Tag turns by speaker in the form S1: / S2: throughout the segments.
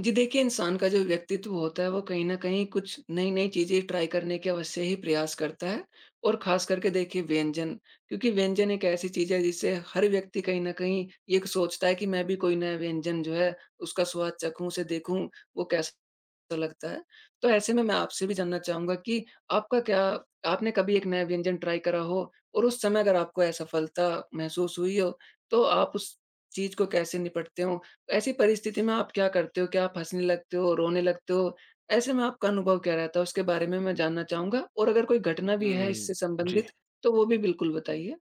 S1: जी देखिए, इंसान का जो व्यक्तित्व होता है वो कहीं न कहीं कुछ नई-नई चीज़ें ट्राई करने के अवश्य ही प्रयास करता है और ख़ास करके देखिए व्यंजन, क्योंकि व्यंजन एक ऐसी चीज़ है जिससे हर व्यक्ति कहीं न कहीं ये सोचता है कि मैं भी कोई नया व्यंजन जो है उसका स्वाद चखूँ, उसे देखूँ वो कैसा लगता है। तो ऐसे में मैं आपसे भी जानना चाहूँगा कि आपका क्या आपने कभी एक नया व्यंजन ट्राई करा हो और उस समय अगर आपको असफलता महसूस हुई हो, तो आप उस चीज़ को कैसे निपटते हो? ऐसी परिस्थिति में आप क्या करते हो? क्या आप हँसने लगते हो, रोने लगते हो? ऐसे में आपका अनुभव क्या रहता है? उसके बारे में मैं जानना चाहूँगा और अगर कोई घटना भी है
S2: हुँ,
S1: इससे
S2: जी।
S1: संबंधित, तो वो भी बिल्कुल बताइए।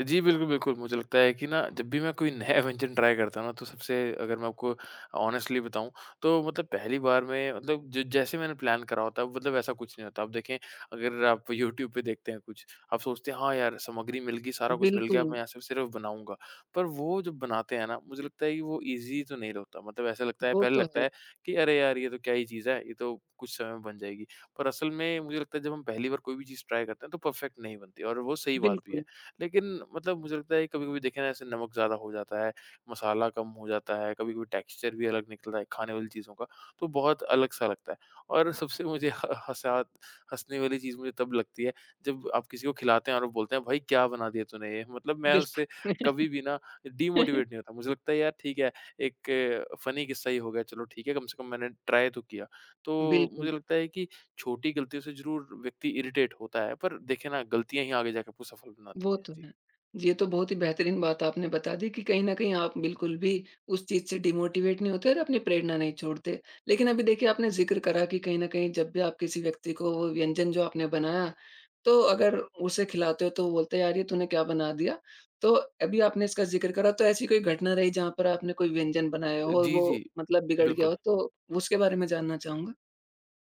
S2: जी, बिल्कुल, बिल्कुल। मुझे लगता है कि ना जब भी मैं कोई नया व्यंजन ट्राई करता हूँ ना तो सबसे अगर मैं आपको ऑनेस्टली बताऊँ तो मतलब पहली बार में मतलब ज जैसे मैंने प्लान करा होता है मतलब ऐसा कुछ नहीं होता। आप देखें अगर आप यूट्यूब पे देखते हैं कुछ, आप सोचते हैं हाँ यार सामग्री मिल गई, सारा कुछ मिल गया,
S1: बिल्कुल,
S2: अब मैं यहाँ से सिर्फ़ बनाऊँगा। पर वो जब बनाते हैं ना मुझे लगता है कि वो ईज़ी तो नहीं होता। मतलब ऐसा लगता है
S1: वो
S2: पहले
S1: तो
S2: लगता
S1: है।
S2: है कि अरे यार ये तो क्या ही चीज़ है, ये तो कुछ समय में बन जाएगी। पर असल में मुझे लगता है जब हम पहली बार कोई भी चीज़ ट्राई करते हैं तो परफ़ेक्ट नहीं बनती और वो सही बात भी है।
S1: बिल्कुल,
S2: लेकिन मतलब मुझे लगता है कभी-कभी देखें ना ऐसे नमक ज़्यादा हो जाता है, मसाला कम हो जाता है, कभी-कभी टेक्सचर भी अलग निकलता है खाने वाली चीज़ों का, तो बहुत अलग-सा लगता है। और सबसे मुझे ह हँसा हँसने वाली चीज़ मुझे तब लगती है जब आप किसी को खिलाते हैं और वो बोलते हैं, "भाई क्या बना दिया तूने ये?" मतलब मैं उससे कभी
S1: बिल्कुल।
S2: भी ना डीमोटिवेट नहीं होता। मुझे लगता है यार ठीक है, एक फ़नी किस्सा ही हो गया, चलो ठीक है, कम से कम मैंने ट्राई तो किया। तो
S1: बिल्कुल।
S2: मुझे लगता है कि छोटी गलतियों से ज़रूर व्यक्ति इरिटेट होता है, पर देखिए ना गलतियाँ ही आगे जाके आपको सफल बनाती
S1: वो
S2: हैं।
S1: तो
S2: जी।
S1: है। ये तो बहुत ही बेहतरीन बात आपने बता दी कि कहीं न कहीं आप बिल्कुल भी उस चीज़ से डिमोटिवेट नहीं होते और अपनी प्रेरणा नहीं छोड़ते। लेकिन अभी देखिए आपने ज़िक्र करा कि कहीं न कहीं जब भी आप किसी व्यक्ति को वो व्यंजन जो आपने बनाया, तो अगर उसे खिलाते हो तो वो बोलता है, "यार, ये तूने क्या बना दिया?" तो अभी आपने इसका ज़िक्र करा तो ऐसी कोई घटना रही जहाँ पर आपने कोई व्यंजन बनाया हो और
S2: जी,
S1: वो
S2: जी।
S1: मतलब बिगड़ गया
S2: बिल्कुल।
S1: हो? तो उसके बारे में जानना चाहूँगा।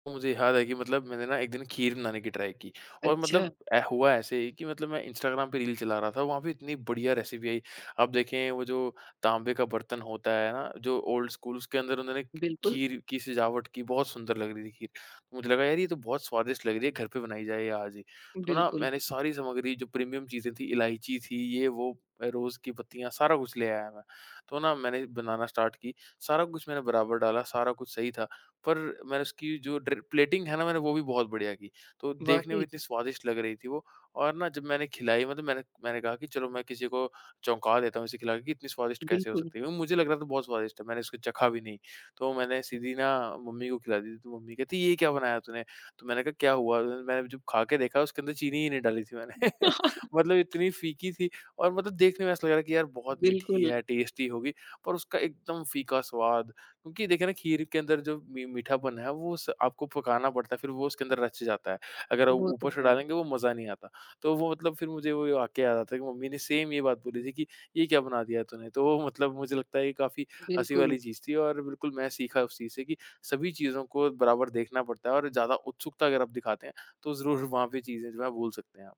S2: तो मुझे याद है कि मतलब मैंने ना एक दिन खीर बनाने की ट्राई की और
S1: अच्छा,
S2: मतलब हुआ ऐसे ही कि मतलब मैं इंस्टाग्राम पे रील चला रहा था, वहाँ पे इतनी बढ़िया रेसिपी आई। आप देखें वो जो तांबे का बर्तन होता है ना जो ओल्ड स्कूल, उसके अंदर उन्होंने
S1: बिल्कुल,
S2: खीर की सजावट की, बहुत सुंदर लग रही थी खीर। तो मुझे लगा यार ये तो बहुत स्वादिष्ट लग रही है, घर पे बनाई जाए ये आज ही। तो ना
S1: बिल्कुल।
S2: मैंने सारी सामग्री जो प्रीमियम चीज़ें थी, इलायची थी, ये वो रोज की पत्तियां, सारा कुछ ले आया मैं। तो ना मैंने बनाना स्टार्ट की, सारा कुछ मैंने बराबर डाला, सारा कुछ सही था। पर मैंने उसकी जो ड्रे प्लेटिंग है ना, मैंने वो भी बहुत बढ़िया की। तो देखने में
S1: वाक़ई,
S2: इतनी स्वादिष्ट लग रही थी वो। और ना जब मैंने खिलाई, मतलब मैंने मैंने कहा कि चलो मैं किसी को चौंका देता हूँ इसे खिला के कि इतनी स्वादिष्ट कैसे हो
S1: बिल्कुल।
S2: सकती है? क्योंकि मुझे लग रहा था बहुत स्वादिष्ट है, मैंने इसको चखा भी नहीं। तो मैंने सीधी ना मम्मी को खिला दी, थी। तो मम्मी कहती ये क्या बनाया तूने? तो मैंने कहा क्या हुआ? तो मैंने जब खा के देखा, उसके अंदर चीनी ही नहीं डाली थी मैंने। मतलब इतनी फीकी थी और मतलब देखने में ऐसा लग रहा है कि यार बहुत मीठी
S1: बिल्कुल।
S2: है, टेस्टी होगी, पर उसका एकदम फीका स्वाद। क्योंकि देखिए ना खीर के अंदर जो मी मीठापन है वो स आपको पकाना पड़ता है, फिर वो उसके अंदर रच जाता है। अगर आप
S1: वो तो
S2: ऊपर से
S1: है,
S2: डालेंगे वो मज़ा नहीं आता। तो वो मतलब फिर मुझे वो वाक़या याद आता है कि मम्मी ने सेम ये बात बोली थी कि ये क्या बना दिया तूने? तो वो मतलब मुझे लगता है ये काफ़ी हँसी
S1: बिल्कुल।
S2: वाली चीज़ थी और बिल्कुल मैं सीखा उस चीज़ से कि सभी चीज़ों को बराबर देखना पड़ता है और ज़्यादा उत्सुकता अगर आप दिखाते हैं, तो ज़रूर वहाँ पे चीज़ें जो है भूल सकते हैं आप।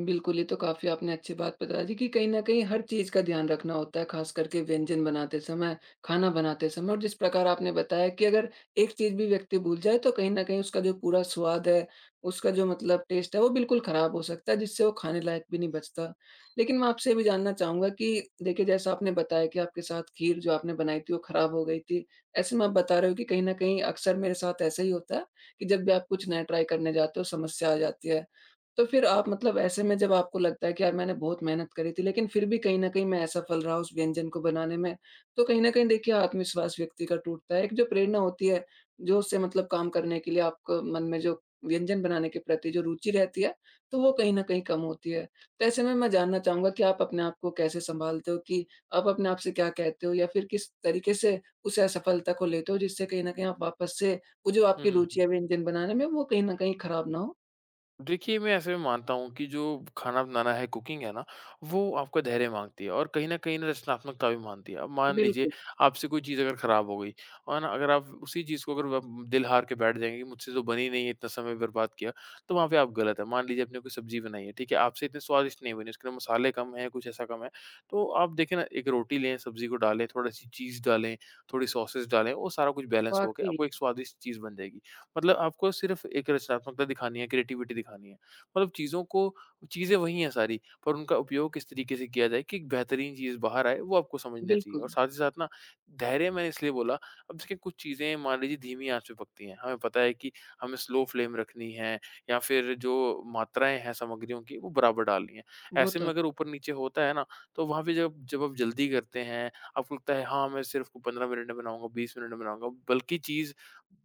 S1: बिल्कुल, ये तो काफ़ी आपने अच्छी बात बता दी कि कहीं न कहीं हर चीज़ का ध्यान रखना होता है, ख़ास करके व्यंजन बनाते समय, खाना बनाते समय, और जिस प्रकार आपने बताया कि अगर एक चीज़ भी व्यक्ति भूल जाए, तो कहीं न कहीं उसका जो पूरा स्वाद है, उसका जो मतलब टेस्ट है, वो बिल्कुल ख़राब हो सकता है, जिससे वो खाने लायक भी नहीं बचता। लेकिन मैं आपसे ये भी जानना चाहूँगा कि देखिए, जैसा आपने बताया कि आपके साथ खीर जो आपने बनाई थी वो ख़राब हो गई थी। ऐसे में आप बता रहे हो कि कहीं न कहीं अक्सर मेरे साथ ऐसा ही होता है कि जब भी आप कुछ नया ट्राई करने जाते हो, समस्या आ जाती है। तो फिर आप मतलब ऐसे में जब आपको लगता है कि यार, मैंने बहुत मेहनत करी थी, लेकिन फिर भी कहीं न कहीं मैं असफल रहा उस व्यंजन को बनाने में, तो कहीं न कहीं देखिए आत्मविश्वास व्यक्ति का टूटता है। एक जो प्रेरणा होती है, जो उससे मतलब काम करने के लिए आपको मन में जो व्यंजन बनाने के प्रति जो रुचि रहती है, तो वो कहीं न कहीं कम होती है। तो ऐसे में मैं जानना चाहूँगा कि आप अपने आप को कैसे सँभालते हो? कि आप अपने आप से क्या कहते हो, या फिर किस तरीके से उस असफलता को लेते हो, जिससे कहीं न कहीं आप वापस से वो जो
S2: हुँ,
S1: आपकी रुचि
S2: हुँ।
S1: है व्यंजन बनाने में, वो कहीं न कहीं खराब ना हो?
S2: देखिए, मैं ऐसे में मानता हूँ कि जो खाना बनाना है, कुकिंग है ना, वो आपका धैर्य माँगती है और कहीं न कहीं ना रचनात्मकता भी माँगती है। अब मान लीजिए
S1: बिल्कुल।
S2: आपसे कोई चीज़ अगर ख़राब हो गई और ना अगर आप उसी चीज़ को अगर व दिल हार के बैठ जाएँगे कि मुझसे तो बनी नहीं है, इतना समय बर्बाद किया, तो वहाँ पे आप गलत हैं। मान लीजिए आपने कोई सब्ज़ी बनाई है, ठीक है? आपसे इतनी स्वादिष्ट नहीं बनी, उसके अंदर मसाले कम हैं, कुछ ऐसा कम है। तो आप देखें ना, एक रोटी लें, सब्ज़ी को डालें, थोड़ी-सी चीज़ डालें, थोड़ी सॉसेस डालें, वो सारा कुछ बैलेंस हो के
S1: वाक़ई,
S2: आपको एक स्वादिष्ट चीज़ बन जाएगी। मतलब आपको सिर्फ़ एक रचनात्मकता दिखानी है, क्रिएटिविटी दिखानी है। मतलब चीज़ों को चीज़ें वही हैं सारी, पर उनका उपयोग किस तरीके से किया जाए कि एक बेहतरीन चीज़ बाहर आए, वो आपको समझना चाहिए। और
S1: बिल्कुल,
S2: साथ ही साथ ना धैर्य मैंने इसलिए बोला, अब देखिए कुछ चीज़ें मान लीजिए धीमी आँच पे पकती हैं। हमें पता है कि हमें स्लो फ्लेम रखनी है या फिर जो मात्राएँ हैं सामग्रियों की, वो बराबर डालनी है।
S1: वो
S2: ऐसे
S1: तो
S2: में
S1: है,
S2: अगर ऊपर-नीचे होता है ना, तो वहाँ पे जब जब आप जल्दी करते हैं, आपको लगता है हाँ, मैं सिर्फ़ 15 मिनट में बनाऊँगा, 20 मिनट में बनाऊँगा, बल्कि चीज़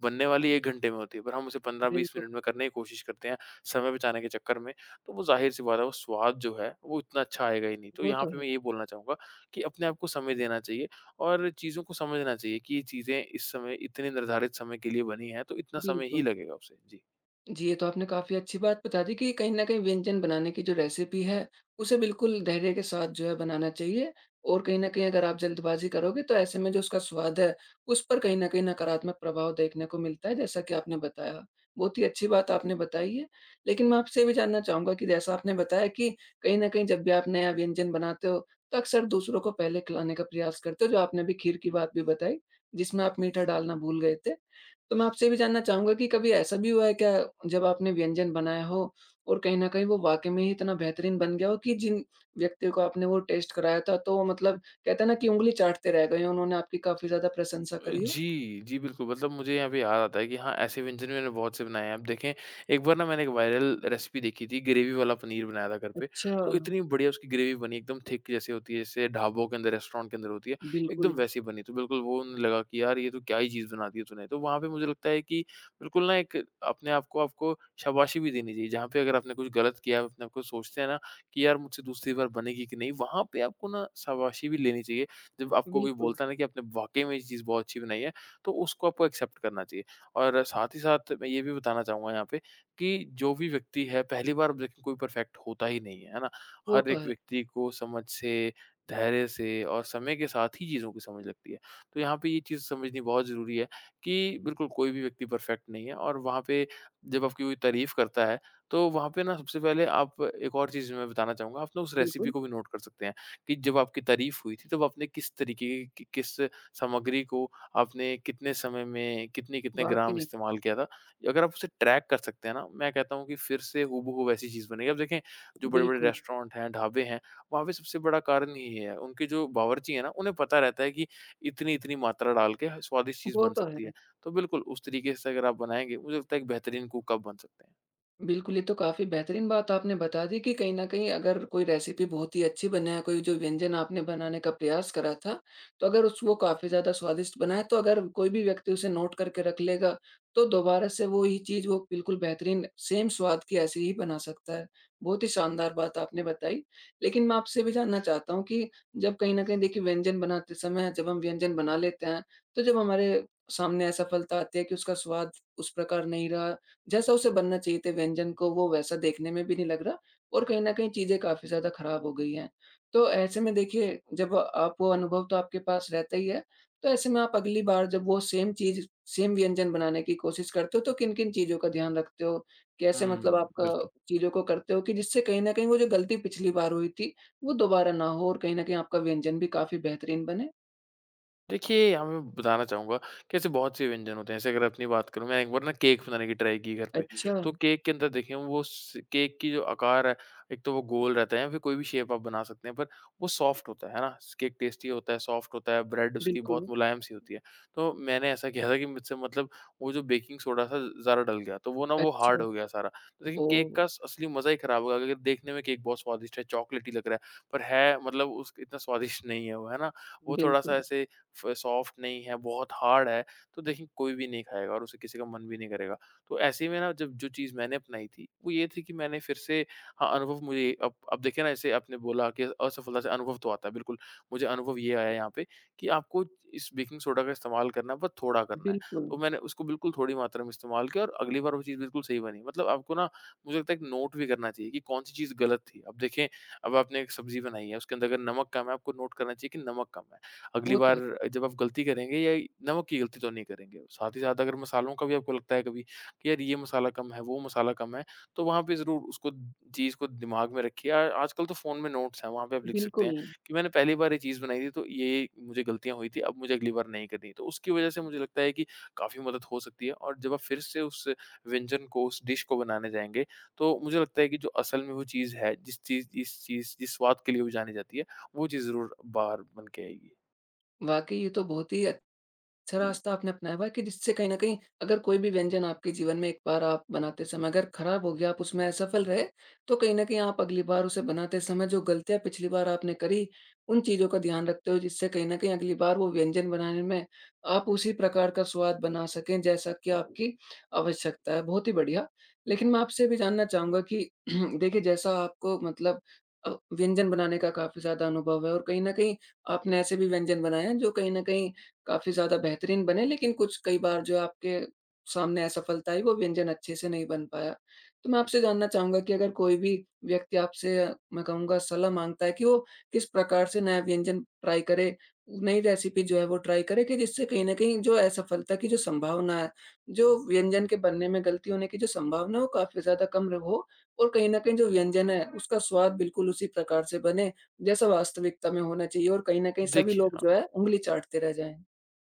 S2: बनने वाली 1 घंटे में होती है, पर हम उसे 15-20
S1: बिल्कुल,
S2: मिनट में करने की कोशिश करते हैं, समय बचाने के चक्कर में। तो वो ज़ाहिर-सी बात है, वो स्वाद जो है, वो इतना अच्छा आएगा ही नहीं। तो
S1: वो
S2: यहाँ
S1: तो
S2: पे
S1: है,
S2: मैं ये बोलना चाहूँगा कि अपने आप को समय देना चाहिए और चीज़ों को समझना चाहिए कि ये चीज़ें इस समय इतने निर्धारित समय के लिए बनी हैं, तो इतना समय ही
S1: बिल्कुल।
S2: लगेगा उसे। जी।
S1: जी, ये तो आपने काफ़ी अच्छी बात बता दी कि कहीं न कहीं व्यंजन बनाने की जो रेसिपी है, उसे बिल्कुल धैर्य के साथ जो है बनाना चाहिए, और कहीं न कहीं अगर आप जल्दबाज़ी करोगे, तो ऐसे में जो उसका स्वाद है, उस पर कहीं न कहीं नकारात्मक प्रभाव देखने को मिलता है, जैसा कि आपने बताया। बहुत ही अच्छी बात आपने बताई है। लेकिन मैं आपसे ये भी जानना चाहूँगा कि जैसा आपने बताया कि कहीं न कहीं जब भी आप नया व्यंजन बनाते हो, तो अक्सर दूसरों को पहले खिलाने का प्रयास करते हो, जो आपने अभी खीर की बात भी बताई, जिसमें आप मीठा डालना भूल गए थे। तो मैं आपसे ये भी जानना चाहूँगा कि कभी ऐसा भी हुआ है क्या, जब आपने व्यंजन बनाया हो और कहीं न कहीं वो वाक़ई में ही इतना बेहतरीन बन गया हो कि जिन व्यक्तियों को आपने वो टेस्ट कराया था, तो वो मतलब कहते हैं ना कि उँगली चाटते रह गए हों, उन्होंने आपकी काफ़ी ज़्यादा प्रशंसा करी हो?
S2: जी, जी, बिल्कुल, मतलब मुझे यहाँ पे याद आता है कि हाँ, ऐसे व्यंजन मैंने बहुत से बनाए हैं। आप देखें, एक बार ना मैंने एक वायरल रेसिपी देखी थी, ग्रेवी वाला पनीर बनाया था घर पे,
S1: अच्छा,
S2: तो इतनी बढ़िया उसकी ग्रेवी बनी, एकदम थिक जैसे होती है, जैसे ढाबों के अंदर, रेस्टोरेंट के अंदर होती है, एकदम
S1: बिल्कुल,
S2: वैसी बनी। तो बिल्कुल वो न लगा कि यार, ये तो क्या ही चीज़ बना दी है तूने। तो वहाँ पे मुझे लगता है कि बिल्कुल ना एक अपने आप को आपको शाबाशी भी देनी चाहिए, जहाँ पे अगर आपने कुछ गलत किया, आप अपने आप को सोचते हैं ना कि यार, मुझसे दूसरी बार बनेगी कि नहीं, वहाँ पे आपको ना शाबाशी भी लेनी चाहिए जब आपको कोई
S1: बिल्कुल।
S2: बोलता है ना कि आपने वाक़ई में ये चीज़ बहुत अच्छी बनाई है, तो उसको आपको एक्सेप्ट करना चाहिए। और साथ ही साथ मैं ये भी बताना चाहूँगा यहाँ पे कि जो भी व्यक्ति है पहली बार देखिए कोई परफेक्ट होता ही नहीं है, है ना?
S1: वो
S2: हर
S1: तो
S2: एक
S1: है,
S2: व्यक्ति को समझ से, धैर्य से और समय के साथ ही चीज़ों की समझ लगती है। तो यहाँ पे ये चीज़ समझनी बहुत ज़रूरी है कि बिल्कुल कोई भी व्यक्ति परफेक्ट नहीं है और वहाँ पे जब आपकी कोई तारीफ़ करता है, तो वहाँ पे ना सबसे पहले आप एक और चीज़ मैं बताना चाहूँगा, आप ना उस रेसिपी
S1: बिल्कुल,
S2: को भी नोट कर सकते हैं। कि जब आपकी तारीफ़ हुई थी, तब आपने किस तरीके की कि, किस सामग्री को आपने कितने समय में, कितने-कितने ग्राम
S1: वाक़ई,
S2: इस्तेमाल किया था? अगर आप उसे ट्रैक कर सकते हैं ना, मैं कहता हूँ कि फिर से हूबहू वैसी चीज़ बनेगी। अब देखें, जो बड़े-बड़े
S1: बिल्कुल,
S2: रेस्टोरेंट हैं, ढाबे हैं, वहाँ पे सबसे बड़ा कारण यही है। उनके जो बावर्ची हैं ना, उन्हें पता रहता है कि इतनी-इतनी मात्रा डाल के स्वादिष्ट चीज़
S1: वो
S2: बन
S1: तो
S2: सकती है।
S1: है।
S2: तो बिल्कुल, उस तरीके से अगर आप बनाएँगे, मुझे लगता है एक बेहतरीन कुक आप बन सकते हैं।
S1: बिल्कुल, ये तो काफ़ी बेहतरीन बात आपने बता दी कि कहीं न कहीं अगर कोई रेसिपी बहुत ही अच्छी बने, या कोई जो व्यंजन आपने बनाने का प्रयास करा था, तो अगर उस वो काफ़ी ज़्यादा स्वादिष्ट बना है, तो अगर कोई भी व्यक्ति उसे नोट करके रख लेगा, तो दोबारा से वो ही चीज़ वो बिल्कुल बेहतरीन सेम स्वाद की ऐसे ही बना सकता है। बहुत ही शानदार बात आपने बताई। लेकिन मैं आपसे भी जानना चाहता हूँ कि जब कहीं न कहीं देखिए व्यंजन बनाते समय जब हम व्यंजन बना लेते हैं, तो जब हमारे सामने असफलता आती है कि उसका स्वाद उस प्रकार नहीं रहा जैसा उसे बनना चाहिए था, व्यंजन को वो वैसा देखने में भी नहीं लग रहा, और कहीं न कहीं चीज़ें काफ़ी ज़्यादा ख़राब हो गई हैं। तो ऐसे में देखिए जब आप वो अनुभव तो आपके पास रहता ही है, तो ऐसे में आप अगली बार जब वो सेम चीज़, सेम व्यंजन बनाने की कोशिश करते हो, तो किन-किन चीज़ों का ध्यान रखते हो? कैसे
S2: हुँ,
S1: मतलब आपका
S2: बिल्कुल।
S1: चीज़ों को करते हो कि जिससे कहीं न कहीं वो जो गलती पिछली बार हुई थी, वो दोबारा ना हो, और कहीं न कहीं आपका व्यंजन भी काफ़ी बेहतरीन बने?
S2: देखिए, यहाँ मैं बताना चाहूँगा कि ऐसे बहुत से व्यंजन होते हैं। जैसे अगर अपनी बात करूँ, मैं एक बार ना केक बनाने की ट्राई की घर पे।
S1: अच्छा,
S2: तो केक के अंदर देखिए वो स केक की जो आकार है, एक तो वो गोल रहता है या फिर कोई भी शेप आप बना सकते हैं, पर वो सॉफ्ट होता है ना? केक टेस्टी होता है, सॉफ्ट होता है, ब्रेड उसकी बहुत
S1: बिल्कुल।
S2: मुलायम-सी होती है। तो मैंने ऐसा किया था कि मुझसे मतलब वो जो बेकिंग सोडा था ज़्यादा डल गया, तो वो ना वो
S1: अच्छा,
S2: हार्ड हो गया सारा। तो लेकिन केक
S1: ओह!
S2: का स असली मज़ा ही खराब हो गया क्योंकि देखने में केक बहुत स्वादिष्ट है, चॉकलेटी लग रहा है, पर है मतलब उस इतना स्वादिष्ट नहीं है वो, है ना? वो थोड़ा-सा
S1: बिल्कुल,
S2: ऐसे फ सॉफ्ट नहीं है, बहुत हार्ड है, तो देखिए कोई भी नहीं खाएगा और उसे किसी का मन भी नहीं करेगा। तो ऐसे ही में ना जब जो चीज़ मैंने अपनाई थी, वो ये थी कि मैंने फिर से हाँ, अनुभव मुझे अब देखिए ना जैसे आपने बोला कि असफलता से अनुभव तो आता है, बिल्कुल। मुझे अनुभव ये आया यहाँ पे कि आपको इस बेकिंग सोडा का इस्तेमाल करना है, बस थोड़ा करना है।
S1: बिल्कुल।
S2: तो मैंने उसको बिल्कुल थोड़ी मात्रा में इस्तेमाल किया और अगली बार वो चीज़ बिल्कुल सही बनी। मतलब आपको ना मुझे लगता है एक नोट भी करना चाहिए कि कौन-सी चीज़ गलत थी। अब देखें, अब आपने एक सब्ज़ी बनाई है, उसके अंदर अगर नमक कम है, आपको नोट करना चाहिए कि नमक कम है। अगली
S1: वो तो
S2: बार
S1: है।
S2: जब आप गलती करेंगे या नमक की गलती तो नहीं करेंगे। साथ ही साथ अगर मसालों का भी आपको लगता है कभी कि यार ये मसाला कम है, वो मसाला कम है, तो वहाँ पे ज़रूर उसको चीज़ को दिमाग में रखिए। आ आजकल तो फ़ोन में नोट्स हैं, वहाँ पे आप लिख सकते
S1: बिल्कुल,
S2: हैं कि मैंने पहली बार ये चीज़ बनाई थी तो ये मुझे गलतियाँ हुई थी, अब मुझे अगली बार नहीं करनी। तो उसकी वज़ह से मुझे लगता है कि काफ़ी मदद हो सकती है और जब आप फिर से उस व्यंजन को, उस डिश को बनाने जाएँगे, तो मुझे लगता है कि जो असल में वो चीज़ है, जिस स्वाद के लिए वो जानी जाती है, वो चीज़ ज़रूर बाहर बन के आएगी।
S1: वाक़ई ये तो बहुत ही अच्छा रास्ता आपने अपनाया हुआ है कि जिससे कहीं न कहीं अगर कोई भी व्यंजन आपके जीवन में एक बार आप बनाते समय अगर खराब हो गया, आप उसमें असफल रहे, तो कहीं न कहीं आप अगली बार उसे बनाते समय जो गलतियाँ पिछली बार आपने करी, उन चीज़ों का ध्यान रखते हो, जिससे कहीं न कहीं अगली बार वो व्यंजन बनाने में आप उसी प्रकार का स्वाद बना सकें, जैसा कि आपकी आवश्यकता है। बहुत ही बढ़िया। लेकिन मैं आपसे ये भी जानना चाहूँगा कि देखिए, जैसा आपको मतलब व्यंजन बनाने का काफ़ी ज़्यादा अनुभव है, और कहीं न कहीं आपने ऐसे भी व्यंजन बनाए हैं जो कहीं न कहीं काफ़ी ज़्यादा बेहतरीन बने, लेकिन कुछ कई बार जो आपके सामने असफलता आई, वो व्यंजन अच्छे से नहीं बन पाया। तो मैं आपसे जानना चाहूँगा कि अगर कोई भी व्यक्ति आपसे, मैं कहूँगा, सलाह माँगता है कि वो किस प्रकार से नया व्यंजन ट्राई करे, नई रेसिपी जो है वो ट्राई करे, कि जिससे कहीं न कहीं जो असफलता की जो संभावना है, जो व्यंजन के बनने में गलती होने की जो संभावना है, वो काफ़ी ज़्यादा कम हो, और कहीं न कहीं जो व्यंजन है, उसका स्वाद बिल्कुल उसी प्रकार से बने, जैसा वास्तविकता में होना चाहिए, और कहीं न कहीं सभी
S2: देखिए
S1: लोग
S2: हाँ,
S1: जो है, उँगली चाटते रह जाएँ?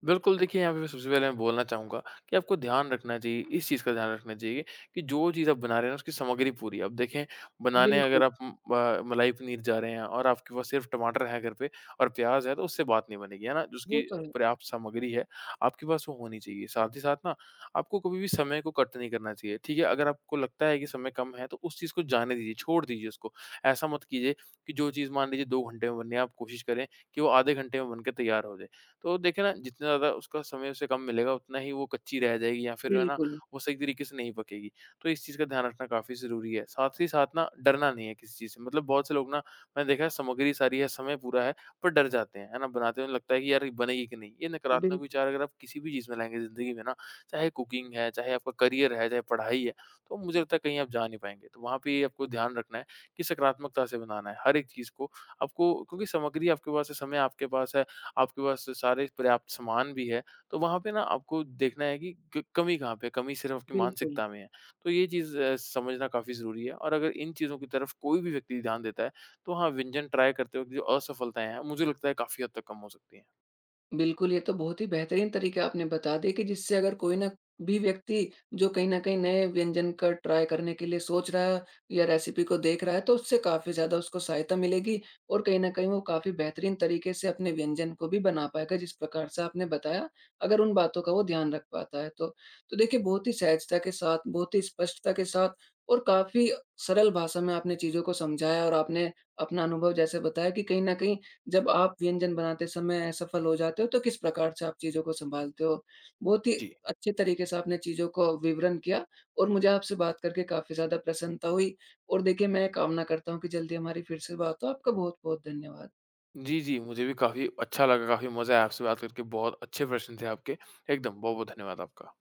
S2: बिल्कुल देखिए यहाँ पे मैं सबसे पहले मैं बोलना चाहूँगा कि आपको ध्यान रखना चाहिए, इस चीज़ का ध्यान रखना चाहिए कि जो चीज़ आप बना रहे हैं ना उसकी सामग्री पूरी है। अब देखें बनाने
S1: बिल्कुल,
S2: अगर आप मलाई पनीर जा रहे हैं और आपके पास सिर्फ टमाटर है घर पे और प्याज है, तो उससे बात नहीं बनेगी, है ना? जिसकी
S1: वो तो है।
S2: पर्याप्त सामग्री है आपके पास, वो होनी चाहिए। साथ ही साथ ना आपको कभी भी समय को कट नहीं करना चाहिए। ठीक है, अगर आपको लगता है कि समय कम है, तो उस चीज़ को जाने दीजिए, छोड़ दीजिए उसको। ऐसा मत कीजिए कि जो चीज़ मान लीजिए दो घंटे में बननी है, आप कोशिश करें कि वो आधे घंटे में बनकर तैयार हो जाए। तो देखिए ना जितना ज़्यादा उसका समय उसे कम मिलेगा, उतना ही वो कच्ची रह जाएगी या फिर है ना
S1: बिल्कुल,
S2: वो सही तरीके से नहीं पकेगी। तो इस चीज़ का ध्यान रखना काफ़ी ज़रूरी है। साथ ही साथ ना डरना नहीं है किसी चीज़ से, मतलब बहुत से लोग ना मैंने देखा है सामग्री सारी है, समय पूरा है, पर डर जाते हैं, है ना? बनाते हुए लगता है कि यार ये बनेगी कि नहीं? ये नकारात्मक
S1: बिल्कुल,
S2: विचार अगर आप किसी भी चीज़ में लाएँगे ज़िंदगी में ना, चाहे कुकिंग है, चाहे आपका करियर है, चाहे पढ़ाई है, तो मुझे लगता है कहीं आप जा नहीं पाएँगे। तो वहाँ पे आपको ध्यान रखना है कि सकारात्मकता से बनाना है हर एक चीज़ को। आपको क्योंकि सामग्री आपके पास है, समय आपके पास है, आपके पास सारे पर्याप्त सामान भी है, तो वहाँ पे ना आपको देखना है कि क कमी कहाँ पे है, कमी सिर्फ़ आपकी
S1: बिल्कुल।
S2: मानसिकता में है। तो ये चीज़ समझना काफ़ी ज़रूरी है और अगर इन चीज़ों की तरफ कोई भी व्यक्ति ध्यान देता है, तो हाँ, व्यंजन ट्राई करते वक़्त जो असफलताएँ हैं, मुझे लगता है काफ़ी हद तक कम हो सकती हैं।
S1: बिल्कुल, ये तो बहुत ही बेहतरीन तरीके आपने बता दिए कि जिससे अगर कोई ना भी व्यक्ति जो कहीं न कहीं नए व्यंजन का ट्राई करने के लिए सोच रहा है या रेसिपी को देख रहा है, तो उससे काफ़ी ज़्यादा उसको सहायता मिलेगी, और कहीं न कहीं वो काफ़ी बेहतरीन तरीके से अपने व्यंजन को भी बना पाएगा, जिस प्रकार से आपने बताया, अगर उन बातों का वो ध्यान रख पाता है तो। तो देखिए, बहुत ही सहजता के साथ, बहुत ही स्पष्टता के साथ, और काफ़ी सरल भाषा में आपने चीज़ों को समझाया, और आपने अपना अनुभव जैसे बताया कि कहीं न कहीं जब आप व्यंजन बनाते समय असफल हो जाते हो, तो किस प्रकार से आप चीज़ों को सँभालते हो? बहुत ही
S2: जी।
S1: अच्छे तरीके से आपने चीज़ों को विवरण किया, और मुझे आपसे बात करके काफ़ी ज़्यादा प्रसन्नता हुई, और देखिए, मैं कामना करता हूँ कि जल्दी हमारी फिर से बात हो। आपका बहुत-बहुत धन्यवाद।
S2: जी, जी, मुझे भी काफ़ी अच्छा लगा, काफ़ी मज़ा आया आपसे बात करके, बहुत अच्छे प्रश्न थे आपके। एकदम, बहुत-बहुत धन्यवाद आपका।